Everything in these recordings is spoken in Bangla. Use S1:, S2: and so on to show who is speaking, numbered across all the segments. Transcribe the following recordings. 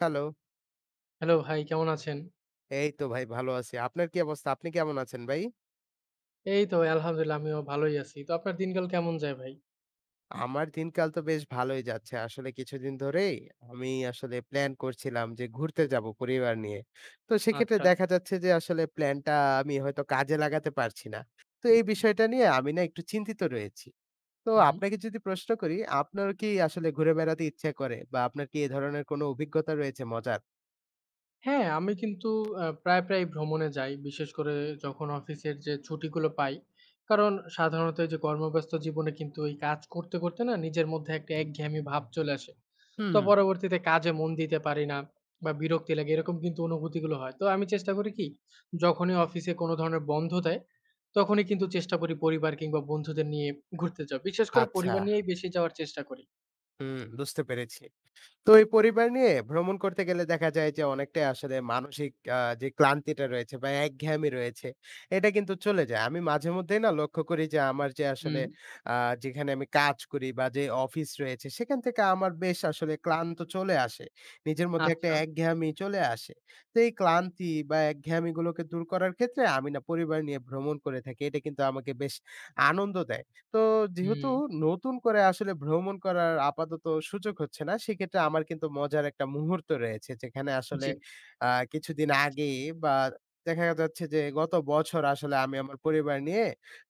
S1: হ্যালো।
S2: হ্যালো ভাই কেমন আছেন?
S1: এই তো ভাই ভালো আছি। আপনার কি অবস্থা? আপনি কেমন আছেন ভাই?
S2: এই তো আলহামদুলিল্লাহ আমিও ভালোই আছি। তো আপনার দিনকাল কেমন যায় ভাই?
S1: আমার দিনকাল তো বেশ ভালোই যাচ্ছে। আসলে কিছুদিন ধরেই আমি আসলে প্ল্যান করছিলাম যে ঘুরতে যাবো পরিবার নিয়ে। তো সেক্ষেত্রে
S2: আচ্ছা।
S1: দেখা যাচ্ছে যে আসলে প্ল্যানটা আমি হয়তো কাজে লাগাতে পারছি না। তো এই বিষয়টা নিয়ে আমি না একটু চিন্তিত রয়েছি। তো
S2: হু।
S1: আপনাকে যদি প্রশ্ন করি, আপনার কি আসলে ঘুরে বেড়াতে ইচ্ছে করে বা আপনার কি এ ধরনের কোনো অভিজ্ঞতা রয়েছে মজার?
S2: হ্যাঁ, আমি কিন্তু প্রায় ভ্রমণে যাই। বিশেষ করে যখন অফিসের যে ছুটিগুলো পাই। কারণ সাধারণত এই যে কর্মব্যস্ত জীবনে কিন্তু এই কাজ করতে, করতে না নিজের মধ্যে একটা একঘেয়েমি ভাব চলে আসে।
S1: হুম।
S2: তো পরবর্তীতে কাজে মন দিতে পারি না বা বিরক্তি লাগে এরকম কিন্তু অনুভূতিগুলো হয়। তো আমি চেষ্টা করি কি যখনই অফিসে কোনো ধরনের বন্ধ দেয়, তখনই কিন্তু চেষ্টা করি পরিবার কিংবা বন্ধুদের নিয়ে ঘুরতে যাওয়া। বিশেষ করে
S1: আচ্ছা,
S2: পরিবার নিয়েই বেশি যাওয়ার চেষ্টা করি।
S1: হুম বুঝতে পেরেছি। তো এই পরিবার নিয়ে ভ্রমণ করতে গেলে দেখা যায় যে অনেকটাই আসলে মানসিক যে ক্লান্তিটা রয়েছে বা একঘেয়েমি রয়েছে, এটা কিন্তু চলে যায়। আমি মাঝে মধ্যেই না লক্ষ্য করি যে আমার যে আসলে
S2: হুম,
S1: আ যেখানে আমি কাজ করি বা যে অফিস রয়েছে সেখান থেকে আমার বেশ আসলে ক্লান্ত চলে আসে। নিজের মধ্যে একটা
S2: আচ্ছা।
S1: একঘেয়েমি চলে আসে। তো এই ক্লান্তি বা একঘেয়েমিগুলোকে দূর করার ক্ষেত্রে আমি না পরিবার নিয়ে ভ্রমণ করে থাকি। এটা কিন্তু আমাকে বেশ আনন্দ দেয়। তো যেহেতু
S2: হুম,
S1: নতুন করে আসলে ভ্রমণ করার আপাতত সুযোগ হচ্ছে না, সেক্ষেত্রে আমার কিন্তু মজার একটা মুহূর্ত রয়েছে। যেখানে আসলে
S2: জি,
S1: আ কিছুদিন আগে বা দেখা যাচ্ছে যে গত বছর আসলে আমি আমার পরিবার নিয়ে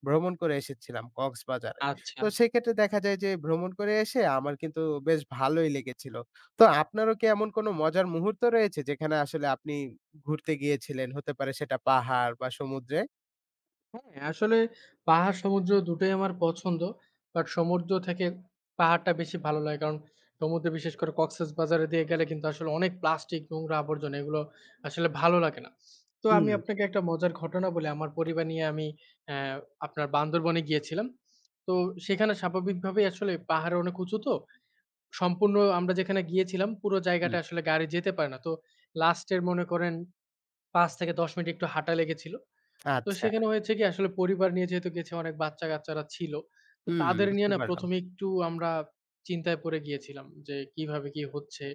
S1: ভ্রমণ করে এসেছিলাম কক্সবাজারে। তো
S2: আচ্ছা।
S1: সেক্ষেত্রে দেখা যায় যে ভ্রমণ করে এসে আমার কিন্তু বেশ ভালোই লেগেছিল। তো আপনারও কি এমন কোনো মজার মুহূর্ত রয়েছে যেখানে আসলে আপনি ঘুরতে গিয়েছিলেন? হতে পারে সেটা পাহাড় বা সমুদ্রে?
S2: হ্যাঁ, আসলে পাহাড় সমুদ্র দুটোই আমার পছন্দ। বাট সমুদ্র থেকে পাহাড়টা বেশি ভালো লাগে। কারণ সমুদ্রে বিশেষ করে কক্সেসবাজারে দিয়ে গেলে কিন্তু আসলে অনেক প্লাস্টিক, নোংরা আবর্জনা এগুলো আসলে ভালো লাগে না। তো
S1: হুম,
S2: আমি আপনাকে একটা মজার ঘটনা বলি। আমার পরিবার নিয়ে আমি অ্যা আপনার বান্দরবনে গিয়েছিলাম। তো সেখানে স্বাভাবিকভাবেই আসলে পাহাড়ে অনেক উঁচু তো। সম্পূর্ণ আমরা যেখানে গিয়েছিলাম পুরো জায়গাটা
S1: হুম।
S2: আসলে গাড়ি যেতে পারে না। তো লাস্টের মনে করেন ৫ থেকে ১০ মিনিট একটু হাঁটা লেগেছিল। তো
S1: আচ্ছা।
S2: সেখানে হয়েছে কি আসলে পরিবার নিয়ে যেহেতু গেছি অনেক বাচ্চা-কাচ্চারা ছিল। তো
S1: হুম,
S2: তাদের নিয়ে
S1: বুঝতে
S2: না
S1: পারলাম।
S2: ১ম এ একটু আমরা চিন্তায় পড়ে গিয়েছিলাম যে কিভাবে কি হচ্ছে?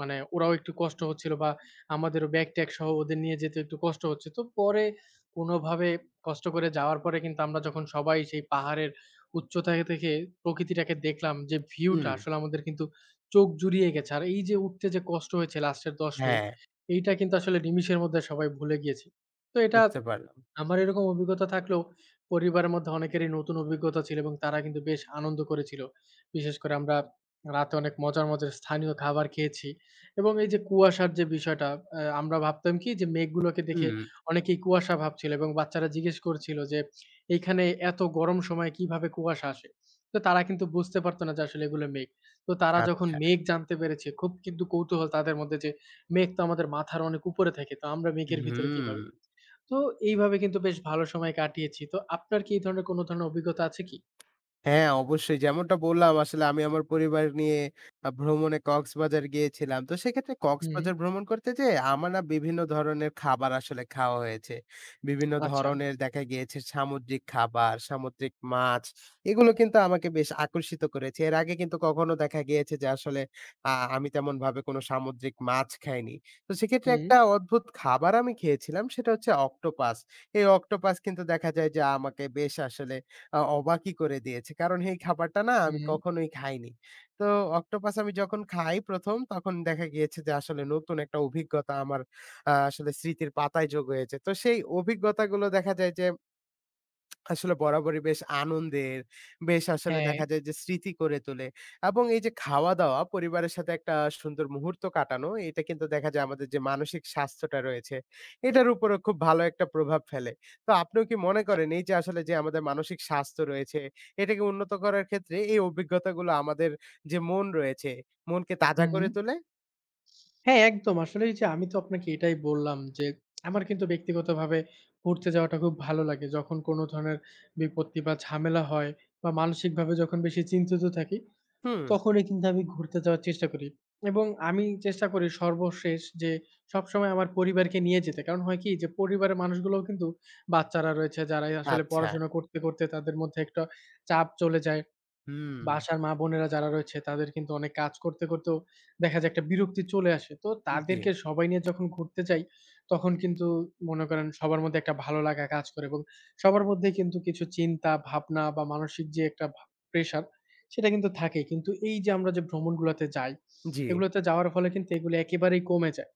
S2: মানে ওরাও একটু কষ্ট হচ্ছিল বা আমাদেরও ব্যাগ-ট্যাগ সহ ওদের নিয়ে যেতে একটু কষ্ট হচ্ছে। তো পরে কোনোভাবে কষ্ট করে যাওয়ার পরে কিন্তু আমরা যখন সবাই সেই পাহাড়ের উচ্চতা থেকে প্রকৃতিটাকে দেখলাম যে ভিউটা
S1: হুম,
S2: আসলে আমাদের কিন্তু চোখ জুড়িয়ে গেছে। আর এই যে উঠতে যে কষ্ট হয়েছে লাস্টের ১০ মিনিট
S1: হ্যাঁ,
S2: এইটা কিন্তু আসলে নিমিষের মধ্যে সবাই ভুলে গিয়েছি। তো এটা
S1: বুঝতে পারলাম।
S2: আমার এরকম অভিজ্ঞতা থাকলেও পরিবারের মধ্যে অনেকেরই নতুন অভিজ্ঞতা ছিল এবং তারা কিন্তু বেশ আনন্দ করেছিল। বিশেষ করে আমরা রাতে অনেক মজার, মজার স্থানীয় খাবার খেয়েছি এবং এই যে কুয়াশার যে বিষয়টা আমরা ভাবতাম কি যে মেঘগুলোকে দেখে
S1: হুম,
S2: অনেকেই কুয়াশা ভাবছিল এবং বাচ্চারা জিজ্ঞেস করছিল যে, "এইখানে এত গরম সময়ে কিভাবে কুয়াশা আসে?" তো তারা কিন্তু বুঝতে পারত না যে আসলে এগুলো মেঘ। তো তারা যখন
S1: আচ্ছা।
S2: মেঘ জানতে পেরেছে খুব কিন্তু কৌতূহল তাদের মধ্যে যে, "মেঘ তো আমাদের মাথার অনেক উপরে থাকে। তো আমরা মেঘের ভিতরে
S1: হুম।
S2: কিভাবে?" তো এইভাবে কিন্তু বেশ ভালো সময় কাটিয়েছি। তো আপনার কি এই ধরনের কোন ধরনের অভিজ্ঞতা আছে কি?
S1: হ্যাঁ, অবশ্যই। যেমনটা বললাম আসলে আমি আমার পরিবার নিয়ে ভ্রমণে কক্সবাজার গিয়েছিলাম। তো সেক্ষেত্রে
S2: হুম,
S1: কক্সবাজার ভ্রমণ করতে যেয়ে আমার না বিভিন্ন ধরনের খাবার আসলে খাওয়া হয়েছে। বিভিন্ন
S2: আচ্ছা।
S1: ধরনের দেখা গিয়েছে সামুদ্রিক খাবার, সামুদ্রিক মাছ এগুলো কিন্তু আমাকে বেশ আকর্ষিত করেছে। এর আগে কিন্তু কখনো দেখা গিয়েছে যে আসলে আমি তেমনভাবে কোনো সামুদ্রিক মাছ খাইনি। তো সেক্ষেত্রে
S2: হুম,
S1: একটা অদ্ভুত খাবার আমি খেয়েছিলাম সেটা হচ্ছে অক্টোপাস। এই অক্টোপাস কিন্তু দেখা যায় যে আমাকে বেশ আসলে অবাকই করে দিয়েছে। কারণ এই খাবারটা না আমি
S2: হুম,
S1: কখনোই খাইনি। তো অক্টোপাস আমি যখন খাই ১ম তখন দেখা গিয়েছে যে আসলে নতুন একটা অভিজ্ঞতা আমার আসলে স্মৃতির পাতায় যোগ হয়েছে। তো সেই অভিজ্ঞতাগুলো দেখা যায় যে আসলে বরাবরই বেশ আনন্দের, বেশ আসলে
S2: হ্যাঁ,
S1: দেখা যায় যে স্মৃতি করে তোলে এবং এই যে খাওয়া-দাওয়া পরিবারের সাথে একটা সুন্দর মুহূর্ত কাটানো, এটা কিন্তু দেখা যায় আমাদের যে মানসিক স্বাস্থ্যটা রয়েছে, এটার উপরেও খুব ভালো একটা প্রভাব ফেলে। তো আপনিও কি মনে
S2: আচ্ছা।
S1: করেন এই যে আসলে যে আমাদের মানসিক স্বাস্থ্য রয়েছে, এটাকে উন্নত করার ক্ষেত্রে এই অভিজ্ঞতাগুলো আমাদের যে মন রয়েছে, মনকে তাজা
S2: হুম।
S1: করে তোলে?
S2: হ্যাঁ, একদম। আসলে এই যে আমি তো আপনাকে এটাই বললাম যে, আমার কিন্তু ব্যক্তিগতভাবে ঘুরতে যাওয়াটা খুব ভালো লাগে। যখন কোন ধরনের বিপত্তি বা ঝামেলা হয় বা মানসিকভাবে যখন বেশি চিন্তিত থাকি
S1: হুম,
S2: তখনই কিন্তু আমি ঘুরতে যাওয়ার চেষ্টা করি। এবং আমি চেষ্টা করি সর্বশেষ যে সবসময় আমার পরিবারকে নিয়ে যেতে। কারণ হয় কি যে পরিবারের মানুষগুলোও কিন্তু বাচ্চারা রয়েছে যারাই আসলে
S1: আচ্ছা।
S2: পড়াশোনা করতে, করতে তাদের মধ্যে একটা চাপ চলে যায়।
S1: হুম,
S2: বাসার মা-বোনেরা যারা রয়েছে তাদের কিন্তু অনেক কাজ করতে, করতেও দেখা যায় একটা বিরক্তি চলে আসে। তো
S1: জি,
S2: তাদেরকে সবাই নিয়ে যখন ঘুরতে যাই, তখন কিন্তু মনে করেন সবার মধ্যে একটা ভালো লাগা কাজ করে এবং সবার মধ্যেই কিন্তু কিছু চিন্তা, ভাবনা বা মানসিক যে একটা প্রেশার সেটা কিন্তু থাকেই। কিন্তু এই যে আমরা যে ভ্রমণগুলাতে যাই,
S1: জি।
S2: এগুলোতে যাওয়ার ফলে কিন্তু এগুলো একেবারেই কমে যায়।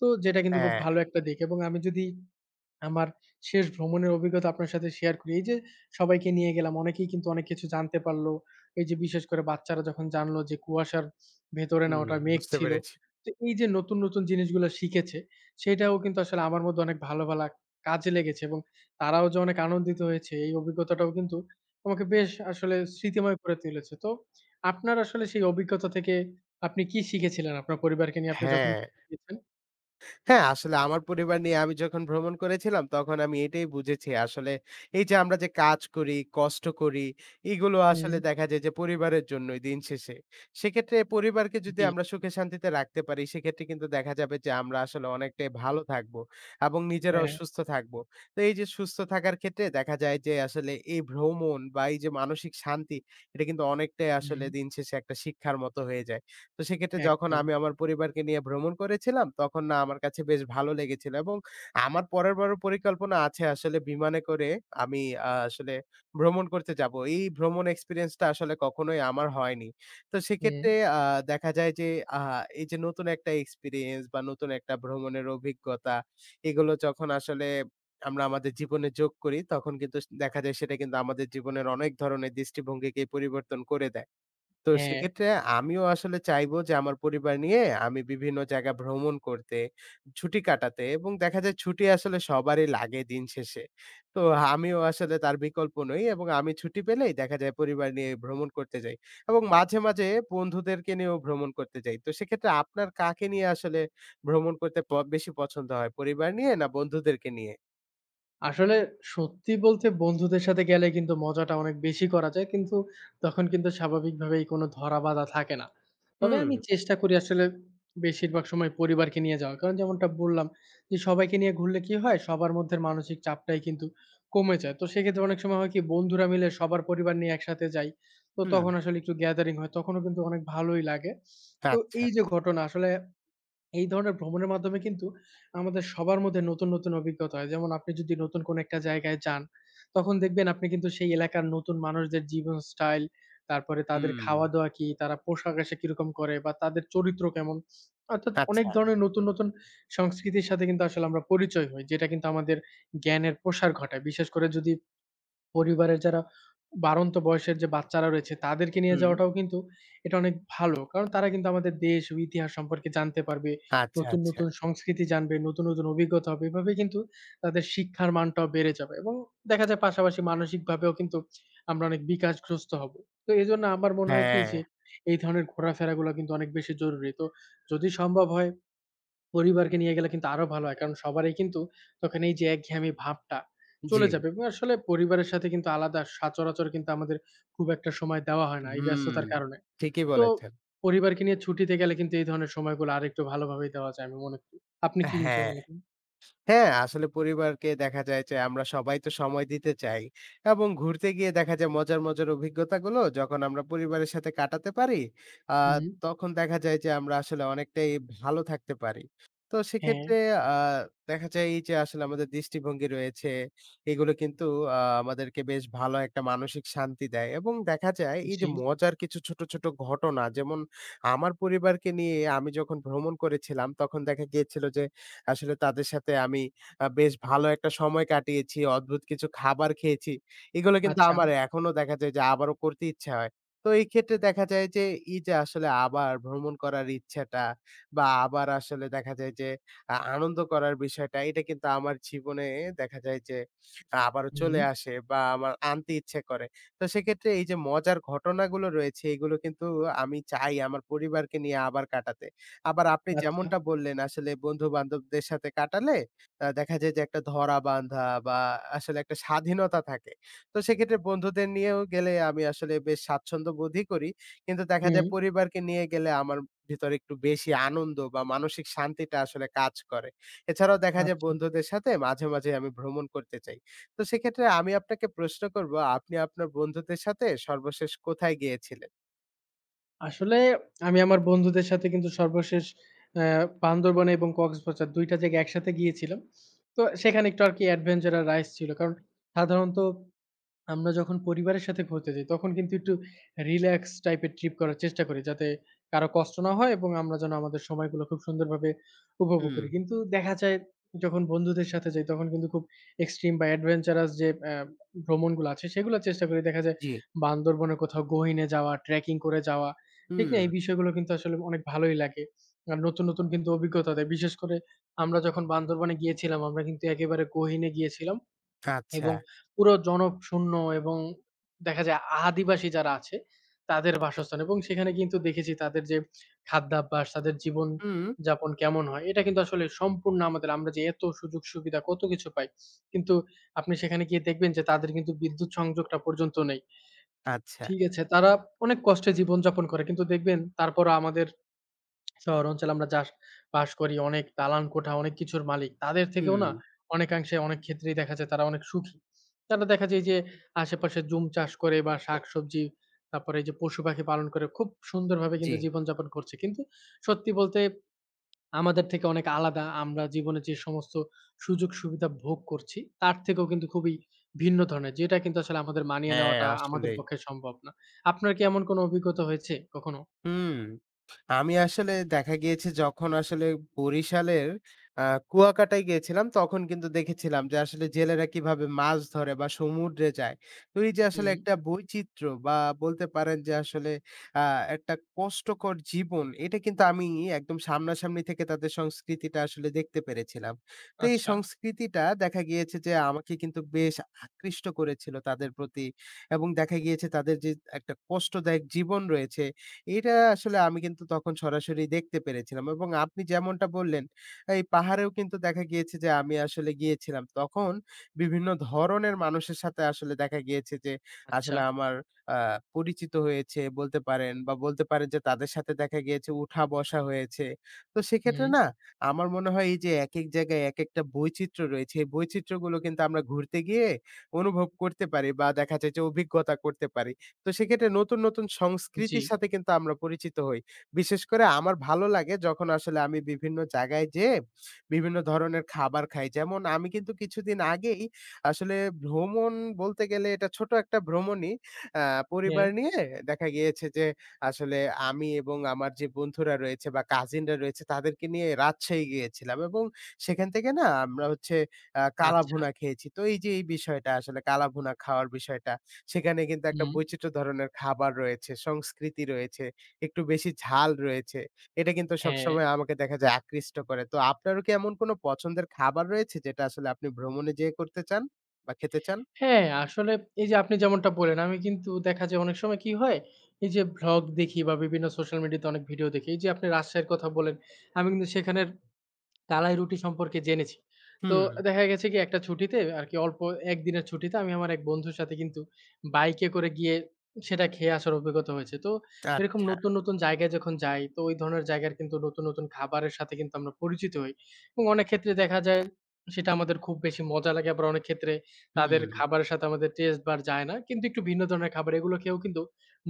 S2: তো যেটা কিন্তু খুব
S1: হ্যাঁ,
S2: ভালো একটা দিক এবং আমি যদি আমার শেষ ভ্রমণের অভিজ্ঞতা আপনার সাথে শেয়ার করি। এই যে সবাইকে নিয়ে গেলাম, অনেকেই কিন্তু অনেক কিছু জানতে পারলো। এই যে বিশেষ করে বাচ্চারা যখন জানলো যে কুয়াশার ভেতরে না
S1: হুম,
S2: ওটা মেঘ
S1: বুঝতে
S2: ছিল।
S1: পেরেছি।
S2: তো এই যে নতুন, নতুন জিনিসগুলা শিখেছে, সেটাও কিন্তু আসলে আমার মধ্যে অনেক ভালো, ভালো কাজে লেগেছে এবং তারাও যে অনেক আনন্দিত হয়েছে এই অভিজ্ঞতাটাও কিন্তু আমাকে বেশ আসলে স্মৃতিময় করে তুলেছে। তো আপনার আসলে সেই অভিজ্ঞতা থেকে আপনি কি শিখেছিলেন আপনার পরিবারকে নিয়ে আপনি যখন
S1: হ্যাঁ।
S2: গিয়েছেন?
S1: হ্যাঁ, আসলে আমার পরিবার নিয়ে আমি যখন ভ্রমণ করেছিলাম, তখন আমি এটাই বুঝেছি আসলে এই যে আমরা যে কাজ করি, কষ্ট করি, এগুলো আসলে
S2: হুম।
S1: দেখা যায় যে পরিবারের জন্যই দিন শেষে। সেক্ষেত্রে পরিবারকে যদি
S2: জি,
S1: আমরা সুখে শান্তিতে রাখতে পারি, সেক্ষেত্রে কিন্তু দেখা যাবে যে আমরা আসলে অনেকটাই ভালো থাকবো এবং নিজেরাও
S2: হ্যাঁ,
S1: সুস্থ থাকবো। তো এই যে সুস্থ থাকার ক্ষেত্রে দেখা যায় যে আসলে এই ভ্রমণ বা এই যে মানসিক শান্তি, এটা কিন্তু অনেকটাই আসলে
S2: হুম,
S1: দিন শেষে একটা শিক্ষার মতো হয়ে যায়। তো সেক্ষেত্রে যখন
S2: একদম।
S1: আমি আমার পরিবারকে নিয়ে ভ্রমণ করেছিলাম, তখন না আমার কাছে বেশ ভালো লেগেছিল এবং আমার পরের বারের পরিকল্পনা আছে আসলে বিমানে করে আমি আসলে ভ্রমণ করতে যাবো। এই ভ্রমণ এক্সপেরিয়েন্স টা আসলে কখনোই আমার হয়নি। তো
S2: হুম,
S1: সেক্ষেত্রে আ দেখা যায় যে আ এই যে নতুন একটা এক্সপেরিয়েন্স বা নতুন একটা ভ্রমণের অভিজ্ঞতা, এগুলো যখন আসলে আমরা আমাদের জীবনে যোগ করি, তখন কিন্তু দেখা যায় সেটা কিন্তু আমাদের জীবনের অনেক ধরনের দৃষ্টিভঙ্গিকেই পরিবর্তন করে দেয়। তো
S2: হ্যাঁ।
S1: সেক্ষেত্রে আমিও আসলে চাইবো যে আমার পরিবার নিয়ে আমি বিভিন্ন জায়গা ভ্রমণ করতে, ছুটি কাটাতে এবং দেখা যায় ছুটি আসলে সবারই লাগে দিন শেষে। তো আমিও আসলে তার বিকল্প নই এবং আমি ছুটি পেলেই দেখা যায় পরিবার নিয়ে ভ্রমণ করতে যাই এবং মাঝে, মাঝে বন্ধুদেরকে নিয়েও ভ্রমণ করতে যাই। তো সেক্ষেত্রে আপনার কাকে নিয়ে আসলে ভ্রমণ করতে বেশি পছন্দ হয়? পরিবার নিয়ে না বন্ধুদেরকে নিয়ে?
S2: আসলে সত্যি বলতে বন্ধুদের সাথে গেলে কিন্তু মজাটা অনেক বেশি করা যায়। কিন্তু তখন কিন্তু স্বাভাবিকভাবেই কোনো ধরাবাঁধা থাকে না। তবে
S1: হুম,
S2: আমি চেষ্টা করি আসলে বেশিরভাগ সময় পরিবারকে নিয়ে যাওয়ার। কারণ যেমনটা বললাম যে সবাইকে নিয়ে ঘুরলে কি হয়? সবার মধ্যে মানসিক চাপটাই কিন্তু কমে যায়। তো সেক্ষেত্রে অনেক সময় হয় কি বন্ধুরা মিলে সবার পরিবার নিয়ে একসাথে যাই। তো
S1: হুম।
S2: তখন আসলে একটু গ্যাদারিং হয়। তখনও কিন্তু অনেক ভালোই লাগে। তো
S1: আচ্ছা।
S2: এই যে ঘটনা আসলে এই ধরনের ভ্রমণের মাধ্যমে কিন্তু আমাদের সবার মধ্যে নতুন, নতুন অভিজ্ঞতা হয়। যেমন আপনি যদি নতুন কোনো একটা জায়গায় যান, তখন দেখবেন আপনি কিন্তু সেই এলাকার নতুন মানুষদের জীবন স্টাইল, তারপরে তাদের
S1: হুম।
S2: খাওয়া-দাওয়া কি, তারা পোশাক-আশাক কিরকম করে বা তাদের চরিত্র কেমন। অর্থাৎ অনেক
S1: আচ্ছা।
S2: ধরনের নতুন, নতুন সংস্কৃতির সাথে কিন্তু আসলে আমরা পরিচয় হই। যেটা কিন্তু আমাদের জ্ঞানের প্রসার ঘটায়। বিশেষ করে যদি পরিবারের যারা বাড়ন্ত বয়সের যে বাচ্চারা রয়েছে তাদেরকে নিয়ে
S1: হুম।
S2: যাওয়াটাও কিন্তু এটা অনেক ভালো। কারণ তারা কিন্তু আমাদের দেশ ও ইতিহাস সম্পর্কে জানতে পারবে।
S1: আচ্ছা,
S2: নতুন,
S1: আচ্ছা।
S2: নতুন সংস্কৃতি জানবে, নতুন, নতুন অভিজ্ঞতা হবে। এভাবে কিন্তু তাদের শিক্ষার মানটাও বেড়ে যাবে এবং দেখা যায় পাশাপাশি মানসিকভাবেও কিন্তু আমরা অনেক বিকাশগ্রস্ত হব। তো এজন্য আমার মনে হয় কি
S1: হ্যাঁ,
S2: যে এই ধরনের ঘোরাফেরাগুলা কিন্তু অনেক বেশি জরুরি। তো যদি সম্ভব হয় পরিবারকে নিয়ে গেলে কিন্তু আরো ভালো হয়। কারণ সবারই কিন্তু তখন এই যে একঘেয়েমি ভাবটা
S1: জি।
S2: চলে যাবে এবং আসলে পরিবারের সাথে কিন্তু আলাদা সচরাচর কিন্তু আমাদের খুব একটা সময় দেওয়া হয় না এই
S1: হুম,
S2: ব্যস্ততার কারণে।
S1: ঠিকই
S2: তো
S1: বলেছেন।
S2: পরিবারকে নিয়ে ছুটিতে গেলে কিন্তু এই ধরনের সময়গুলো আরেকটু ভালোভাবেই দেওয়া যায় আমি মনে করি। আপনি কি বিষয়ে
S1: হ্যাঁ,
S2: মনে করেন?
S1: হ্যাঁ, আসলে পরিবারকে দেখা যায় যে আমরা সবাই তো সময় দিতে চাই এবং ঘুরতে গিয়ে দেখা যায় মজার, মজার অভিজ্ঞতাগুলো যখন আমরা পরিবারের সাথে কাটাতে পারি, আ
S2: হুম,
S1: তখন দেখা যায় যে আমরা আসলে অনেকটাই ভালো থাকতে পারি। তো
S2: হ্যাঁ,
S1: সেক্ষেত্রে আ দেখা যায় এই যে আসলে আমাদের দৃষ্টিভঙ্গি রয়েছে, এগুলো কিন্তু আমাদেরকে বেশ ভালো একটা মানসিক শান্তি দেয় এবং দেখা যায় এই
S2: জি,
S1: যে মজার কিছু ছোট, ছোট ঘটনা যেমন আমার পরিবারকে নিয়ে আমি যখন ভ্রমণ করেছিলাম তখন দেখা গিয়েছিল যে আসলে তাদের সাথে আমি বেশ ভালো একটা সময় কাটিয়েছি, অদ্ভুত কিছু খাবার খেয়েছি। এগুলো কিন্তু
S2: আচ্ছা,
S1: আমার এখনো দেখা যায় যে আবারও করতে ইচ্ছা হয়। তো এই ক্ষেত্রে দেখা যায় যে এই যে আসলে আবার ভ্রমণ করার ইচ্ছাটা বা আবার আসলে দেখা যায় যে আনন্দ করার বিষয়টা এটা কিন্তু আমার জীবনে দেখা যায় যে আবারও
S2: হুম,
S1: চলে আসে বা আমার আনতে ইচ্ছে করে। তো সেক্ষেত্রে এই যে মজার ঘটনাগুলো রয়েছে এগুলো কিন্তু আমি চাই আমার পরিবারকে নিয়ে আবার কাটাতে। আবার আপনি
S2: আচ্ছা,
S1: যেমনটা বললেন আসলে বন্ধু-বান্ধবদের সাথে কাটালে দেখা যায় যে একটা ধরা-বাঁধা বা আসলে একটা স্বাধীনতা থাকে। তো সেক্ষেত্রে বন্ধুদের নিয়েও গেলে আমি আসলে বেশ স্বাচ্ছন্দ্য বোধই করি। কিন্তু দেখা যায়
S2: হুম,
S1: পরিবারকে নিয়ে গেলে আমার ভিতরে একটু বেশি আনন্দ বা মানসিক শান্তিটা আসলে কাজ করে। এছাড়াও দেখা যায়
S2: আচ্ছা।
S1: বন্ধুদের সাথে মাঝে, মাঝে আমি ভ্রমণ করতে চাই। তো সেক্ষেত্রে আমি আপনাকে প্রশ্ন করব, আপনি আপনার বন্ধুদের সাথে সর্বশেষ কোথায় গিয়েছিলেন?
S2: আসলে আমি আমার বন্ধুদের সাথে কিন্তু সর্বশেষ অ্যা বান্দরবনে এবং কক্সবাজার ২টা টা জায়গায় একসাথে গিয়েছিলাম। তো সেখানে একটু আরকি adventure আর রাইডস ছিল। কারণ সাধারণত আমরা যখন পরিবারের সাথে ঘুরতে যাই, তখন কিন্তু একটু রিল্যাক্স টাইপের ট্রিপ করার চেষ্টা করি। যাতে কারো কষ্ট না হয় এবং আমরা যেন আমাদের সময়গুলো খুব সুন্দরভাবে উপভোগ
S1: হুম,
S2: করি। কিন্তু দেখা যায় যখন বন্ধুদের সাথে যাই, তখন কিন্তু খুব এক্সট্রিম বা অ্যাডভেঞ্চারাস যে ভ্রমণগুলো আছে, সেগুলো চেষ্টা করি। দেখা যায়
S1: জি।
S2: বান্দরবনে কোথাও গহীনে যাওয়া, ট্রেকিং করে যাওয়া, ঠিক না?
S1: হুম,
S2: এই বিষয়গুলো কিন্তু আসলে অনেক ভালোই লাগে। আর নতুন, নতুন কিন্তু অভিজ্ঞতা দেয়। বিশেষ করে আমরা যখন বান্দরবনে গিয়েছিলাম, আমরা কিন্তু একেবারে গহীনে গিয়েছিলাম।
S1: আচ্ছা।
S2: এবং পুরো জনশূন্য এবং দেখা যায় আদিবাসী যারা আছে তাদের বাসস্থান এবং সেখানে কিন্তু দেখেছি তাদের যে খাদ্যাভ্যাস, তাদের
S1: হুম।
S2: জীবনযাপন কেমন হয়? এটা কিন্তু আসলে সম্পূর্ণ আমাদের আমরা যে এত সুযোগ-সুবিধা কত কিছু পাই। কিন্তু আপনি সেখানে গিয়ে দেখবেন যে তাদের কিন্তু বিদ্যুৎ সংযোগটা পর্যন্ত নেই।
S1: আচ্ছা।
S2: ঠিক আছে, তারা অনেক কষ্টে জীবনযাপন করে। কিন্তু দেখবেন তারপরও আমাদের শহর অঞ্চলে আমরা যাস বাস করি অনেক দালান কোঠা, অনেক কিছুর মালিক। তাদের থেকেও
S1: হুম,
S2: না অনেকাংশে অনেক ক্ষেত্রেই দেখা যায় তারা অনেক সুখী। তারা দেখা যায় যে আশেপাশে জুম চাষ করে বা শাকসবজি, তারপরে এই যে পশুপাখি পালন করে খুব সুন্দরভাবে
S1: জি।
S2: কিন্তু জীবনযাপন করছে। কিন্তু সত্যি বলতে আমাদের থেকে অনেক আলাদা আমরা জীবনে যে সমস্ত সুযোগ-সুবিধা ভোগ করছি তার থেকেও কিন্তু খুবই ভিন্ন ধরনের। যেটা কিন্তু আসলে আমাদের মানিয়ে
S1: হ্যাঁ,
S2: নেওয়াটা আমাদের
S1: আসলে।
S2: পক্ষে সম্ভব না। আপনার কি এমন কোনো অভিজ্ঞতা হয়েছে কখনো?
S1: হুম, আমি আসলে দেখা গিয়েছে যখন আসলে বরিশালের আ কুয়াকাটায় গিয়েছিলাম, তখন কিন্তু দেখেছিলাম যে আসলে জেলেরা কিভাবে মাছ ধরে বা সমুদ্রে যায়। তো এই যে আসলে
S2: হুম,
S1: একটা বৈচিত্র্য বা বলতে পারেন যে আসলে আ একটা কষ্টকর জীবন, এটা কিন্তু আমি একদম সামনাসামনি থেকে তাদের সংস্কৃতিটা আসলে দেখতে পেরেছিলাম। তো এই
S2: আচ্ছা,
S1: সংস্কৃতিটা দেখা গিয়েছে যে আমাকে কিন্তু বেশ আকৃষ্ট করেছিল তাদের প্রতি এবং দেখা গিয়েছে তাদের যে একটা কষ্টদায়ক জীবন রয়েছে এটা আসলে আমি কিন্তু তখন সরাসরি দেখতে পেরেছিলাম এবং আপনি যেমনটা বললেন, এই পাহাড়েও কিন্তু দেখা গিয়েছে যে আমি আসলে গিয়েছিলাম। তখন বিভিন্ন ধরনের মানুষের সাথে আসলে দেখা গিয়েছে যে
S2: আচ্ছা।
S1: আসলে আমার আ পরিচিত হয়েছে বলতে পারেন বা বলতে পারেন যে তাদের সাথে দেখা গিয়েছে উঠা-বসা হয়েছে। তো সেক্ষেত্রে
S2: হুম।
S1: না আমার মনে হয় এই যে একেক জায়গায় একেকটা বৈচিত্র্য রয়েছে, এই বৈচিত্র্যগুলো কিন্তু আমরা ঘুরতে গিয়ে অনুভব করতে পারি বা দেখা যায় যে অভিজ্ঞতা করতে পারি। তো সেক্ষেত্রে নতুন, নতুন
S2: জি,
S1: সংস্কৃতির সাথে কিন্তু আমরা পরিচিত হই। বিশেষ করে আমার ভালো লাগে যখন আসলে আমি বিভিন্ন জায়গায় যেয়ে বিভিন্ন ধরনের খাবার খাই। যেমন আমি কিন্তু কিছুদিন আগেই আসলে ভ্রমণ বলতে গেলে এটা ছোট একটা ভ্রমণই। আ
S2: হ্যাঁ,
S1: পরিবার নিয়ে দেখা গিয়েছে যে আসলে আমি এবং আমার যে বন্ধুরা রয়েছে বা কাজিনরা রয়েছে তাদেরকে নিয়ে রাজশাহী গিয়েছিলাম এবং সেখান থেকে না আমরা হচ্ছে
S2: আচ্ছা।
S1: কালাভুনা খেয়েছি। তো এই যে এই বিষয়টা আসলে কালাভুনা খাওয়ার বিষয়টা। সেখানে কিন্তু একটা
S2: হুম,
S1: বৈচিত্র্য ধরনের খাবার রয়েছে, সংস্কৃতি রয়েছে, একটু বেশি ঝাল রয়েছে। এটা কিন্তু
S2: হ্যাঁ।
S1: সবসময় আমাকে দেখা যায় আকৃষ্ট করে। তো আপনারও কি এমন কোনো পছন্দের খাবার রয়েছে যেটা আসলে আপনি ভ্রমণে যেয়ে করতে চান বা খেতে চান?
S2: হ্যাঁ, আসলে এই যে আপনি যেমনটা বললেন, আমি কিন্তু দেখা যায় অনেক সময় কি হয়, এই যে ভ্লগ দেখি বা বিভিন্ন সোশ্যাল মিডিয়াতে অনেক ভিডিও দেখি। এই যে আপনি রাজশাহীর কথা বললেন, আমি কিন্তু সেখানের কালাই রুটি সম্পর্কে জেনেছি। তো
S1: হুম,
S2: দেখা গেছে কি একটা ছুটিতে আরকি অল্প একদিনের ছুটিতে আমি আমার এক বন্ধুর সাথে কিন্তু বাইকে করে গিয়ে সেটা খেয়ে আসার অভিজ্ঞতা হয়েছে। তো এরকম
S1: আচ্ছা,
S2: নতুন, নতুন জায়গায় যখন যাই তো ওই ধরনের জায়গার কিন্তু নতুন, নতুন খাবারের সাথে কিন্তু আমরা পরিচিত হই। এবং অনেক ক্ষেত্রে দেখা যায় সেটা আমাদের খুব বেশি মজা লাগে। আবার অনেক ক্ষেত্রে তাদের
S1: হুম,
S2: খাবারের সাথে আমাদের টেস্ট বার যায় না। কিন্তু একটু ভিন্ন ধরনের খাবার এগুলো খেয়েও কিন্তু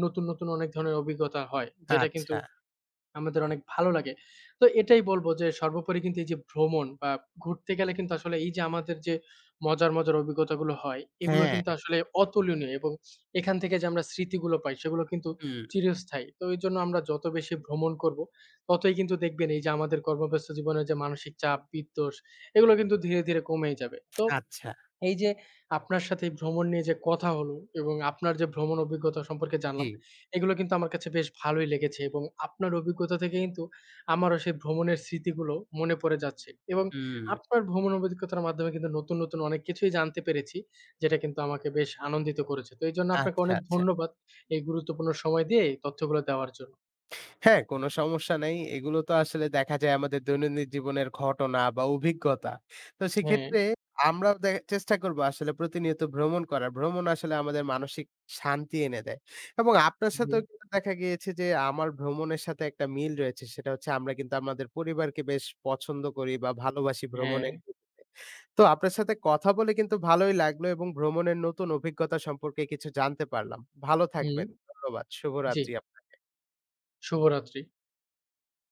S2: নতুন, নতুন অনেক ধরনের অভিজ্ঞতা হয়। যেটা কিন্তু
S1: আচ্ছা,
S2: আমাদের অনেক ভালো লাগে। তো এটাই বলব যে সর্বোপরি কিন্তু এই যে ভ্রমণ বা ঘুরতে গেলে কিন্তু আসলে এই যে আমাদের যে মজার, মজার অভিজ্ঞতাগুলো হয় এগুলো
S1: হ্যাঁ,
S2: কিন্তু আসলে অতুলনীয় এবং এখান থেকে যে আমরা স্মৃতিগুলো পাই সেগুলো কিন্তু
S1: হুম,
S2: চিরস্থায়ী। তো এইজন্য আমরা যত বেশি ভ্রমণ করব ততই কিন্তু দেখবেন এই যে আমাদের কর্মব্যস্ত জীবনের যে মানসিক চাপ, বিদ্বেষ এগুলো কিন্তু ধীরে, ধীরে কমেই যাবে। তো
S1: আচ্ছা,
S2: এই যে আপনার সাথে এই ভ্রমণ নিয়ে যে কথা হলো এবং আপনার যে ভ্রমণ অভিজ্ঞতা সম্পর্কে
S1: জি,
S2: জানলাম, এগুলো কিন্তু আমার কাছে বেশ ভালোই লেগেছে এবং আপনার অভিজ্ঞতা থেকে কিন্তু আমারও সেই ভ্রমণের স্মৃতিগুলো মনে পড়ে যাচ্ছে এবং
S1: হুম,
S2: আপনার ভ্রমণ অভিজ্ঞতার মাধ্যমে কিন্তু নতুন, নতুন অনেক কিছুই জানতে পেরেছি, যেটা কিন্তু আমাকে বেশ আনন্দিত করেছে। তো এইজন্য আপনাকে
S1: আচ্ছা,
S2: অনেক
S1: আচ্ছা।
S2: ধন্যবাদ এই গুরুত্বপূর্ণ সময় দিয়ে এই তথ্যগুলো দেওয়ার জন্য।
S1: হ্যাঁ, কোনো সমস্যা নাই। এগুলো তো আসলে দেখা যায় আমাদের দৈনন্দিন জীবনের ঘটনা বা অভিজ্ঞতা। তো
S2: হ্যাঁ,
S1: সেক্ষেত্রে আমরাও চেষ্টা করব আসলে প্রতিনিয়ত ভ্রমণ করার। ভ্রমণ আসলে আমাদের মানসিক শান্তি এনে দেয়। এবং আপনার
S2: জি,
S1: সাথেও কিন্তু দেখা গিয়েছে যে আমার ভ্রমণের সাথে একটা মিল রয়েছে। সেটা হচ্ছে আমরা কিন্তু আমাদের পরিবারকে বেশ পছন্দ করি বা ভালোবাসি
S2: হ্যাঁ,
S1: ভ্রমণের ক্ষেত্রে। তো আপনার সাথে কথা বলে কিন্তু ভালোই লাগলো এবং ভ্রমণের নতুন অভিজ্ঞতা সম্পর্কে কিছু জানতে পারলাম। ভালো
S2: হুম,
S1: থাকবেন। ধন্যবাদ।
S2: জি।
S1: শুভরাত্রি আপ
S2: শুভরাত্রি।